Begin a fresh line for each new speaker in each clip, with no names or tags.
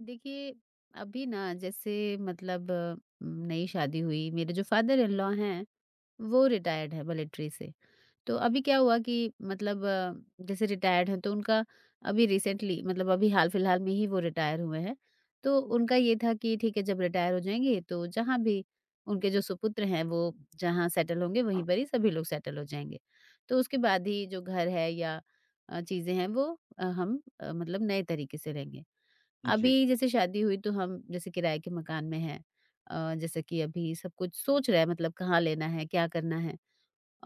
देखिए, अभी ना जैसे मतलब नई शादी हुई, मेरे जो फादर इन लॉ हैं, वो रिटायर्ड हैं मिलिट्री से। तो अभी क्या हुआ कि मतलब जैसे रिटायर्ड हैं, तो उनका अभी रिसेंटली मतलब अभी हाल-फिलहाल में ही वो रिटायर हुए हैं। तो उनका ये था कि ठीक है, जब रिटायर हो जाएँगे, तो जहाँ भी उनके जो सुपुत्र हैं, वो जहाँ सेटल होंगे, वहीं पर ही सभी लोग सेटल हो जाएँगे। तो उसके बाद ही जो घर है या चीज़ें हैं, वो हम मतलब नए तरीके से लेंगे। अभी
जी,
जैसे शादी हुई तो हम जैसे किराए के मकान में हैं। जैसे कि अभी सब कुछ सोच रहे हैं, मतलब कहाँ लेना है, क्या करना है,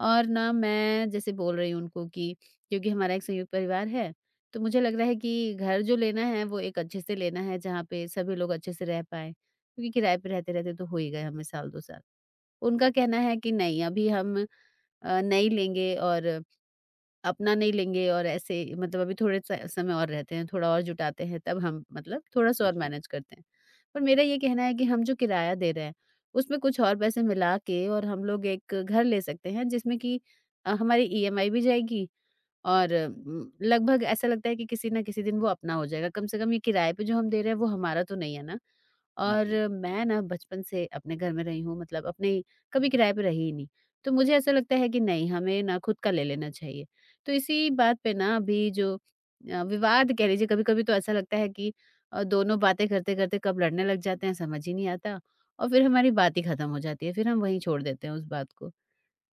और ना मैं जैसे बोल रही हूँ उनको कि क्योंकि हमारा एक संयुक्त परिवार है, तो मुझे लग रहा है कि घर जो लेना है वो एक अच्छे से लेना है, जहाँ पे सभी लोग अच्छे से रह पाएँ, क्योंकि किराए पे रहते-रहते तो हो ही गए हमें साल 2 साल। उनका कहना है कि नहीं, अभी हम नहीं लेंगे, और अपना नहीं लेंगे, और ऐसे मतलब अभी थोड़े स समय और रहते हैं, थोड़ा और जुटाते हैं, तब हम मतलब थोड़ा-सा और
जी,
मैनेज करते हैं। पर मेरा ये कहना है कि हम जो किराया दे रहे हैं, उसमें कुछ और पैसे मिला के और हम लोग एक घर ले सकते हैं, जिसमें कि हमारी ईएमआई भी जाएगी और लगभग ऐसा लगता है कि किसी ना किसी दिन वो अपना हो जाएगा। कम से कम ये किराए पे जो हम दे रहे हैं वो हमारा तो नहीं है ना। और
जी,
मैं ना बचपन से अपने घर में रही हूँ, मतलब अपने कभी किराए पे रही ही नहीं। तो मुझे ऐसा लगता है कि नहीं, हमें ना खुद का ले लेना चाहिए। तो इसी बात पे ना अभी जो विवाद कह लीजिए, कभी-कभी तो ऐसा लगता है कि दोनों बातें करते-करते कब लड़ने लग जाते हैं समझ ही नहीं आता, और फिर हमारी बात ही खत्म हो जाती है। फिर हम वहीं छोड़ देते हैं उस बात को।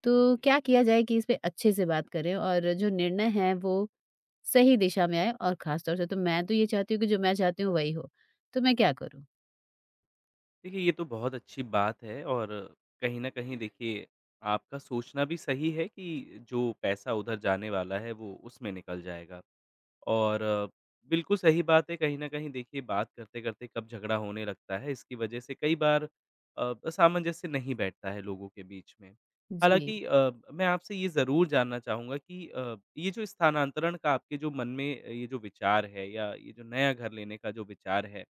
तो
जी।
क्या किया जाए कि इस पे अच्छे से बात करें, और जो निर्णय है वो सही दिशा में आए, और खास तौर से तो मैं तो ये चाहती हूँ कि जो मैं चाहती हूँ वही हो। तो मैं क्या करूँ?
देखिए, ये तो बहुत अच्छी बात है और कहीं न कहीं देखिए, आपका सोचना भी सही है कि जो पैसा उधर जाने वाला है, वो उसमें निकल जाएगा। और बिल्कुल सही बात है, कहीं न कहीं देखिए बात करते-करते कब झगड़ा होने लगता है, इसकी वजह से कई बार सामंजस्य नहीं बैठता है लोगों के बीच में।
जी।
हालाँकि मैं आपसे ये ज़रूर जानना चाहूँगा कि ये जो स्थानांतरण का आपके जो मन में ये जो विचार है या ये जो नया घर लेने का जो विचार है,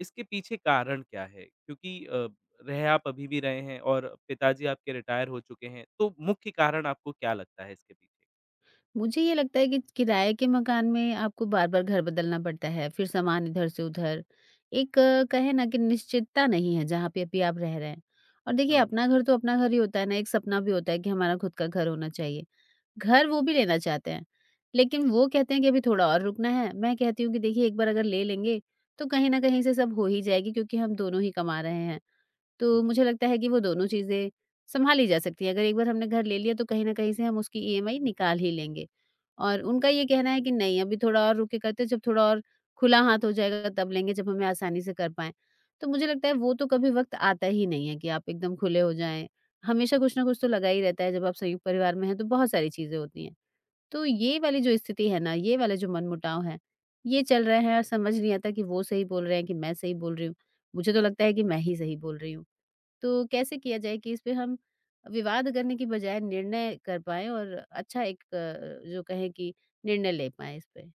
इसके पीछे कारण क्या है? क्योंकि अ, रह आप अभी भी रहे हैं और पिताजी आपके रिटायर हो चुके हैं, तो मुख्य कारण आपको क्या लगता है इसके पीछे?
मुझे ये लगता है कि किराए के मकान में आपको बार-बार घर बदलना पड़ता है, फिर सामान इधर से उधर। एक कहें ना कि निश्चितता नहीं है जहाँ पे अभी आप रह रहे हैं। और देखिए
हुँ, हुँ।
अपना घर तो अपना घर ही होता है ना, एक सपना भी होता है कि हमारा खुद का घर होना चाहिए। घर वो भी लेना चाहते हैं, लेकिन वो कहते हैं कि अभी थोड़ा और रुकना है। मैं कहती हूँ कि देखिए एक बार अगर ले लेंगे, तो कहीं न कहीं से सब हो ही जाएगी, क्योंकि हम दोनों ही कमा रहे हैं। तो
जी।
मुझे लगता है कि वो दोनों चीज़ें सँभाली जा सकती हैं। अगर एक बार हमने घर ले लिया तो कहीं न कहीं से हम उसकी ईएमआई निकाल ही लेंगे। और उनका ये कहना है कि नहीं, अभी थोड़ा और रुक के करते हैं, जब थोड़ा और खुला हाथ हो जाएगा तब लेंगे, जब हमें आसानी से कर पाएँ। तो मुझे लगता है वो तो कभी वक़्त आता ही नहीं है कि आप एकदम खुले हो जाएँ। हमेशा कुछ ना कुछ तो लगा ही रहता है, जब आप संयुक्त परिवार में हैं तो बहुत सारी चीज़ें होती हैं। तो ये वाली जो स्थिति है ना, ये वाला जो मनमुटाव है, ये चल रहा है, और समझ नहीं आता कि वो सही बोल रहे हैं कि मैं सही बोल रही हूँ। मुझे तो लगता है कि मैं ही सही बोल रही हूँ। तो कैसे किया जाए कि इसपे हम विवाद करने की बजाय निर्णय कर पाएँ, और अच्छा एक जो कहें कि निर्णय ले पाएँ इस पे?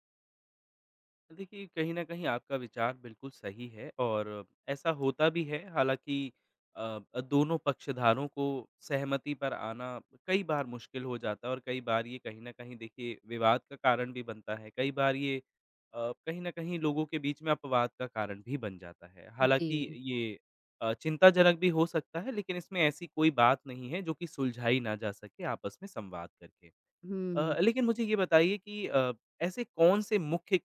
देखिए, कहीं न कहीं आपका विचार बिल्कुल सही है और ऐसा होता भी है। हालाँकि अ दोनों पक्षधारों को सहमति पर आना कई बार मुश्किल हो जाता है और कई बार ये कहीं न कहीं देखिए विवाद का कारण भी बनता है। कई बार ये कहीं न कहीं लोगों के बीच में अपवाद का कारण भी बन जाता है। हालाँकि
जी।
ये चिंताजनक भी हो सकता है लेकिन इसमें ऐसी कोई बात नहीं है जो कि सुलझाई ना जा सके आपस में संवाद करके।
हुँ।
लेकिन मुझे ये बताइए कि ऐसे कौन से मुख्य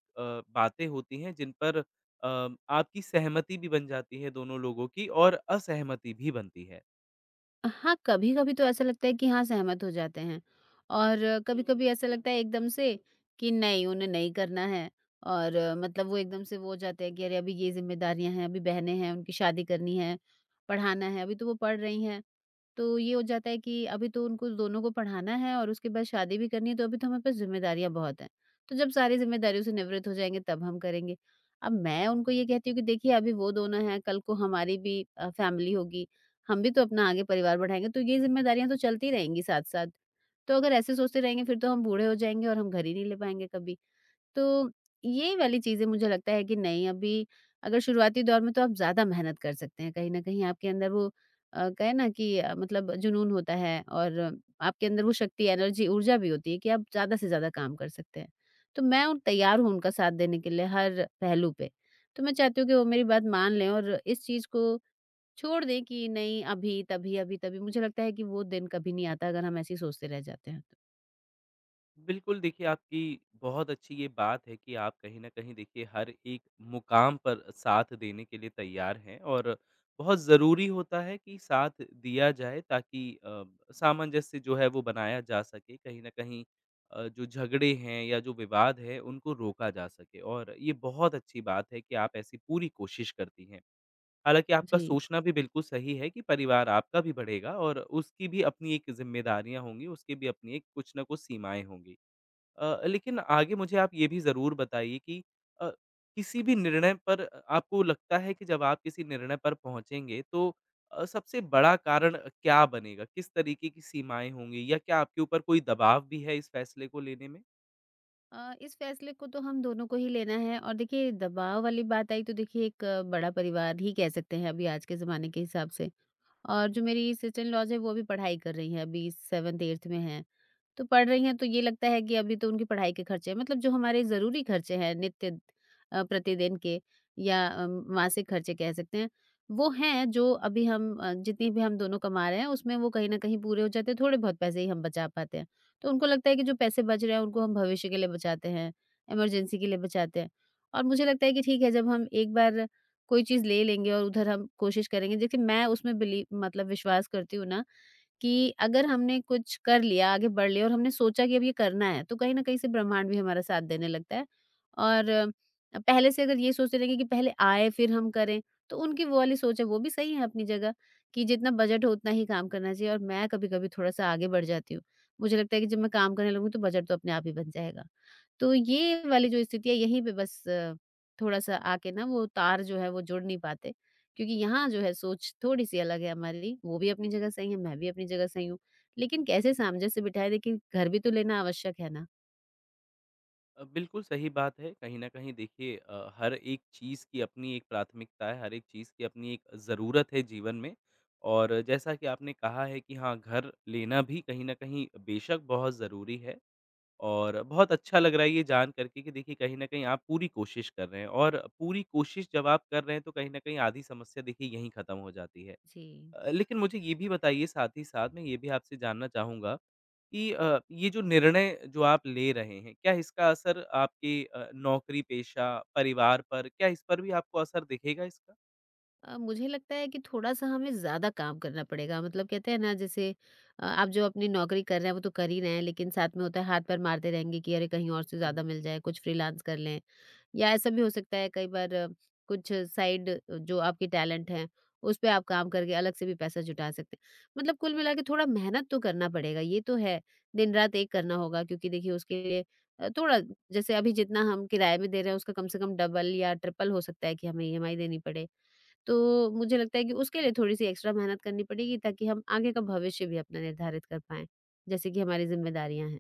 बातें होती हैं जिन पर आपकी सहमति भी बन जाती है दोनों लोगों की और असहमति भी बनती है?
हाँ, कभी-कभी तो ऐसा लगता है कि हाँ, सहमत हो जाते हैं, और कभी-कभी ऐसा लगता है एकदम से कि नहीं, उन्हें नहीं करना है, और मतलब वो एकदम से वो हो जाते हैं कि अरे! अभी ये ज़िम्मेदारियाँ हैं, अभी बहनें हैं, उनकी शादी करनी है, पढ़ाना है, अभी तो वो पढ़ रही हैं। तो ये हो जाता है कि अभी तो उनको दोनों को पढ़ाना है और उसके बाद शादी भी करनी है, तो अभी तो हमारे पास ज़िम्मेदारियाँ बहुत हैं। तो जब सारी ज़िम्मेदारियों से निवृत्त हो जाएँगे तब हम करेंगे। अब मैं उनको ये कहती हूँ कि देखिए अभी वो दोनों हैं, कल को हमारी भी फ़ैमिली होगी, हम भी तो अपना आगे परिवार बढ़ाएँगे, तो ये ज़िम्मेदारियाँ तो चलती रहेंगी साथ-साथ। तो अगर ऐसे सोचते रहेंगे फिर तो हम बूढ़े हो जाएँगे और हम घर ही नहीं ले पाएँगे कभी। तो ये वाली चीज़ें मुझे लगता है कि नहीं अभी, अगर शुरुआती दौर में तो आप ज़्यादा मेहनत कर सकते हैं। कहीं न कहीं आपके अंदर वो कहे ना कि मतलब जुनून होता है, और आपके अंदर वो शक्ति, एनर्जी, ऊर्जा भी होती है कि आप ज़्यादा से ज़्यादा काम कर सकते हैं। तो मैं उन तैयार हूँ उनका साथ देने के लिए हर पहलू पे। तो मैं चाहती हूँ कि वो मेरी बात मान लें और इस चीज़ को छोड़ दें कि नहीं अभी, तभी, अभी, तभी। मुझे लगता है कि वो दिन कभी नहीं आता अगर हम ऐसे ही सोचते रह जाते हैं तो।
बिल्कुल, देखिए आपकी बहुत अच्छी ये बात है कि आप कहीं न कहीं देखिए हर एक मुकाम पर साथ देने के लिए तैयार हैं और बहुत ज़रूरी होता है कि साथ दिया जाए ताकि सामंजस्य जो है वो बनाया जा सके। कहीं न कहीं जो झगड़े हैं या जो विवाद है उनको रोका जा सके और ये बहुत अच्छी बात है कि आप ऐसी पूरी कोशिश करती हैं। हालाँकि आपका
जी।
सोचना भी बिल्कुल सही है कि परिवार आपका भी बढ़ेगा और उसकी भी अपनी एक ज़िम्मेदारियाँ होंगी, उसकी भी अपनी एक कुछ न कुछ सीमाएँ होंगी। लेकिन आगे मुझे आप ये भी ज़रूर बताइए कि अ, किसी भी निर्णय पर आपको लगता है कि जब आप किसी निर्णय पर पहुँचेंगे तो सबसे बड़ा कारण क्या बनेगा? किस तरीके की सीमाएँ होंगी या क्या आपके ऊपर कोई दबाव भी है इस फैसले को लेने में?
इस फैसले को तो हम दोनों को ही लेना है, और देखिए दबाव वाली बात आई तो देखिए एक बड़ा परिवार ही कह सकते हैं अभी आज के ज़माने के हिसाब से, और जो मेरी सिस्टर इन लॉज़ हैं वो अभी पढ़ाई कर रही हैं, अभी 7th 8th में हैं। तो पढ़ रही हैं तो ये लगता है कि अभी तो उनकी पढ़ाई के खर्चे हैं, मतलब जो हमारे ज़रूरी खर्चे हैं, नित्य प्रतिदिन के या मासिक खर्चे कह सकते हैं, वो हैं जो अभी हम जितनी भी हम दोनों कमा रहे हैं उसमें वो कहीं न कहीं पूरे हो जाते हैं, थोड़े बहुत पैसे ही हम बचा पाते हैं। तो उनको लगता है कि जो पैसे बच रहे हैं उनको हम भविष्य के लिए बचाते हैं, इमरजेंसी के लिए बचाते हैं। और मुझे लगता है कि ठीक है, जब हम एक बार कोई चीज़ ले लेंगे और उधर हम कोशिश करेंगे। देखिए मैं उसमें बिली मतलब विश्वास करती हूँ ना कि अगर हमने कुछ कर लिया, आगे बढ़ लिया और हमने सोचा कि अब ये करना है, तो कहीं न कहीं से ब्रह्मांड भी हमारा साथ देने लगता है। और पहले से अगर ये सोचते रहेंगे कि पहले आए फिर हम करें, तो उनकी वो वाली सोच है, वो भी सही है अपनी जगह, कि जितना बजट हो उतना ही काम करना चाहिए, और मैं कभी-कभी थोड़ा-सा आगे बढ़ जाती हूँ। मुझे लगता है कि जब मैं काम करने लगूँ तो बजट तो अपने आप ही बन जाएगा। तो ये वाली जो स्थिति है यहीं पे बस थोड़ा-सा आके ना वो तार जो है वो जुड़ नहीं पाते, क्योंकि यहाँ जो है सोच थोड़ी-सी अलग है हमारी, वो भी अपनी जगह सही है, मैं भी अपनी जगह सही हूँ। लेकिन कैसे सामंजस्य बिठाएँ, देखिए घर भी तो लेना आवश्यक है ना।
बिल्कुल सही बात है। कहीं न कहीं देखिए हर एक चीज़ की अपनी एक प्राथमिकता है, हर एक चीज़ की अपनी एक ज़रूरत है जीवन में। और जैसा कि आपने कहा है कि हाँ, घर लेना भी कहीं न कहीं बेशक बहुत ज़रूरी है। और बहुत अच्छा लग रहा है ये जान कर के कि देखिए कहीं न कहीं आप पूरी कोशिश कर रहे हैं और पूरी कोशिश जब आप कर रहे हैं तो कहीं न कहीं आधी समस्या देखिए यहीं ख़त्म हो जाती है।
जी।
लेकिन मुझे ये भी बताइए साथ ही साथ मैं ये भी आपसे जानना चाहूँगा कि ये जो निर्णय जो आप ले रहे हैं, क्या इसका असर आपके नौकरी, पेशा, परिवार पर क्या इस पर भी आपको असर दिखेगा इसका?
मुझे लगता है कि थोड़ा-सा हमें ज़्यादा काम करना पड़ेगा, मतलब कहते हैं ना जैसे आप जो अपनी नौकरी कर रहे हैं वो तो कर ही रहे हैं, लेकिन साथ में होता है हाथ-पैर मारते रहेंगे कि अरे कहीं और से ज़्यादा मिल जाए, कुछ फ्रीलांस कर लें, या ऐसा भी हो सकता है कई बार कुछ साइड जो आपके टैलेंट हैं उस पे आप काम करके अलग से भी पैसा जुटा सकते हैं, मतलब कुल मिला के थोड़ा मेहनत तो करना पड़ेगा, ये तो है, दिन रात एक करना होगा, क्योंकि देखिए उसके लिए थोड़ा जैसे अभी जितना हम किराए में दे रहे हैं उसका कम से कम डबल या ट्रिपल हो सकता है कि हमें ईएमआई देनी पड़े। तो मुझे लगता है कि उसके लिए थोड़ी सी एक्स्ट्रा मेहनत करनी पड़ेगी ताकि हम आगे का भविष्य भी अपना निर्धारित कर पाए, जैसे कि हमारी जिम्मेदारियां हैं।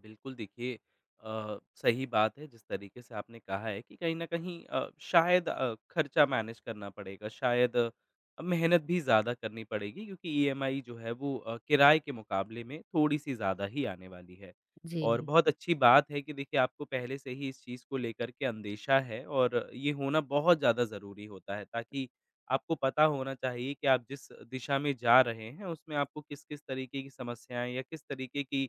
बिल्कुल देखिए सही बात है जिस तरीके से आपने कहा है कि कहीं न कहीं शायद खर्चा मैनेज करना पड़ेगा, शायद मेहनत भी ज़्यादा करनी पड़ेगी क्योंकि ईएमआई जो है वो किराए के मुकाबले में थोड़ी-सी ज़्यादा ही आने वाली है। और
जी।
बहुत अच्छी बात है कि देखिए आपको पहले से ही इस चीज़ को लेकर के अंदेशा है और ये होना बहुत ज़्यादा ज़रूरी होता है ताकि आपको पता होना चाहिए कि आप जिस दिशा में जा रहे हैं उसमें आपको किस-किस तरीके की समस्याएँ या किस तरीके की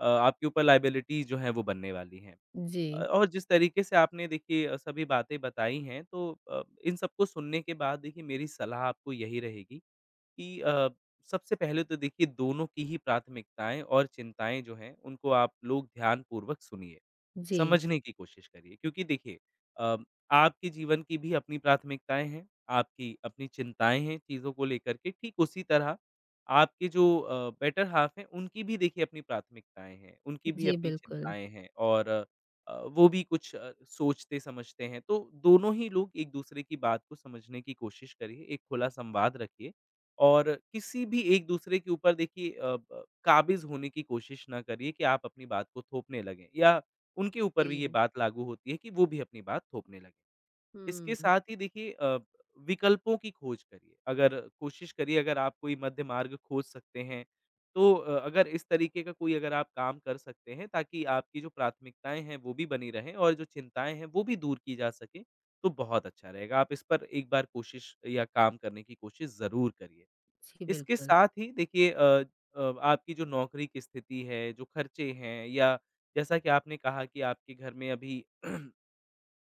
आपके ऊपर लायबिलिटी जो है वो बनने वाली हैं।
जी।
और जिस तरीके से आपने देखिए सभी बातें बताई हैं तो इन सबको सुनने के बाद देखिए मेरी सलाह आपको यही रहेगी कि सबसे पहले तो देखिए दोनों की ही प्राथमिकताएँ और चिंताएँ जो हैं, उनको आप लोग ध्यानपूर्वक सुनिए,
जी।
समझने की कोशिश करिए। क्योंकि देखिए अ, आपके जीवन की भी अपनी प्राथमिकताएँ हैं, आपकी अपनी चिंताएँ हैं चीज़ों को लेकर के, ठीक उसी तरह आपके जो बेटर हाल्फ़ हैं, उनकी भी देखिए अपनी प्राथमिकताएँ हैं, उनकी भी
जी,
अपनी
बिल्कुल।
चिंताएँ हैं और वो भी कुछ सोचते-समझते हैं। तो दोनों ही लोग एक-दूसरे की बात को समझने की कोशिश करिए, एक खुला संवाद रखिए और किसी भी एक-दूसरे के ऊपर देखिए अ, ब काबिज़ होने की कोशिश ना करिए कि आप अपनी बात को थोपने लगें या उनके ऊपर भी ये
जी।
बात लागू होती है कि वो भी अपनी बात थोपने लगें। इसके
हुँ।
साथ ही देखिए विकल्पों की खोज करिए। अगर कोशिश करिए अगर आप कोई मध्य मार्ग खोज सकते हैं, तो अगर इस तरीके का कोई अगर आप काम कर सकते हैं ताकि आपकी जो प्राथमिकताएँ हैं वो भी बनी रहें और जो चिंताएँ हैं वो भी दूर की जा सकें, तो बहुत अच्छा रहेगा। आप इस पर एक बार कोशिश या काम करने की कोशिश ज़रूर करिए।
जी,
इसके
बिल्कुल।
साथ ही देखिए आपकी जो नौकरी की स्थिति है, जो खर्चे हैं या जैसा कि आपने कहा कि आपके घर में अभी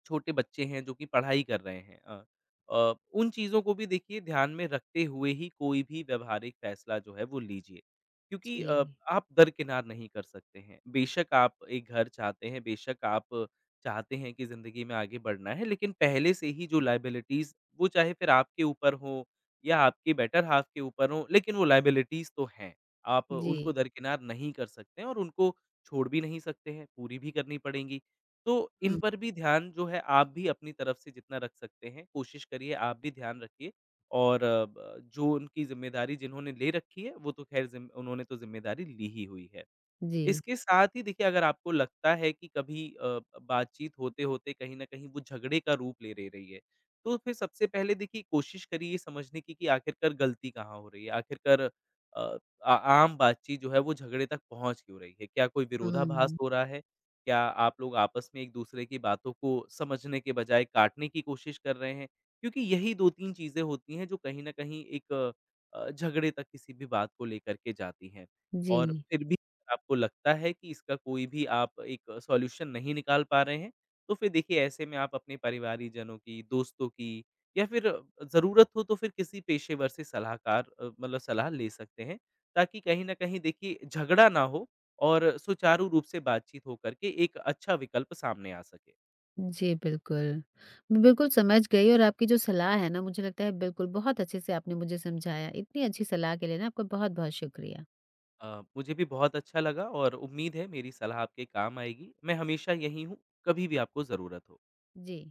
छोटे बच्चे हैं जो कि पढ़ाई कर रहे हैं उन चीज़ों को भी देखिए ध्यान में रखते हुए ही कोई भी व्यावहारिक फ़ैसला जो है वो लीजिए। क्योंकि
जी,
आप दरकिनार नहीं कर सकते हैं। बेशक आप एक घर चाहते हैं, बेशक आप चाहते हैं कि ज़िंदगी में आगे बढ़ना है, लेकिन पहले से ही जो लायबिलिटीज़ वो चाहे फिर आपके ऊपर हो या आपके बेटर हाल्फ़ के ऊपर हो, लेकिन वो लायबिलिटीज़ तो हैं। आप
जी।
उनको दरकिनार नहीं कर सकते हैं और उनको छोड़ भी नहीं सकते हैं, पूरी भी करनी पड़ेंगी। तो इन
हुँ,
पर भी ध्यान जो है आप भी अपनी तरफ से जितना रख सकते हैं, कोशिश करिए आप भी ध्यान रखिए और अ, ब जो उनकी ज़िम्मेदारी जिन्होंने ले रखी है, वो तो ख़ैर ज़िम उन्होंने तो ज़िम्मेदारी ली ही हुई है।
जी।
इसके साथ ही देखिए अगर आपको लगता है कि कभी बातचीत होते-होते कहीं न कहीं वो झगड़े का रूप ले ले रही है, तो फिर सबसे पहले देखिए कोशिश करिए समझने की कि आखिरकार गलती कहाँ हो रही है? आखिरकार अ, आ आम बातचीत जो है वो झगड़े तक पहुँच क्यों रही है? क्या कोई विरोधाभास
हुँ,
हो रहा है? क्या आप लोग आपस में एक-दूसरे की बातों को समझने के बजाय काटने की कोशिश कर रहे हैं? क्योंकि यही 2-3 चीज़ें होती हैं जो कहीं न कहीं एक झगड़े तक किसी भी बात को लेकर के जाती हैं।
जी।
और फिर भी आपको लगता है कि इसका कोई भी आप एक सॉल्यूशन नहीं निकाल पा रहे हैं, तो फिर देखिए ऐसे में आप अपने परिवारीजनों की, दोस्तों की या फिर ज़रूरत हो तो फिर किसी पेशेवर से सलाहकार मतलब सलाह ले सकते हैं, ताकि कहीं न कहीं देखिए झगड़ा ना हो और सुचारू रूप से बातचीत हो करके एक अच्छा विकल्प सामने आ सके।
जी, बिल्कुल। मैं बिल्कुल समझ गई, और आपकी जो सलाह है ना, मुझे लगता है बिल्कुल बहुत अच्छे से आपने मुझे समझाया। इतनी अच्छी सलाह के लिए ना आपका बहुत-बहुत शुक्रिया।
मुझे भी बहुत अच्छा लगा और उम्मीद है मेरी सलाह आपके काम आएगी। मैं हमेशा यहीं हूँ, कभी भी आपको ज़रूरत हो।
जी।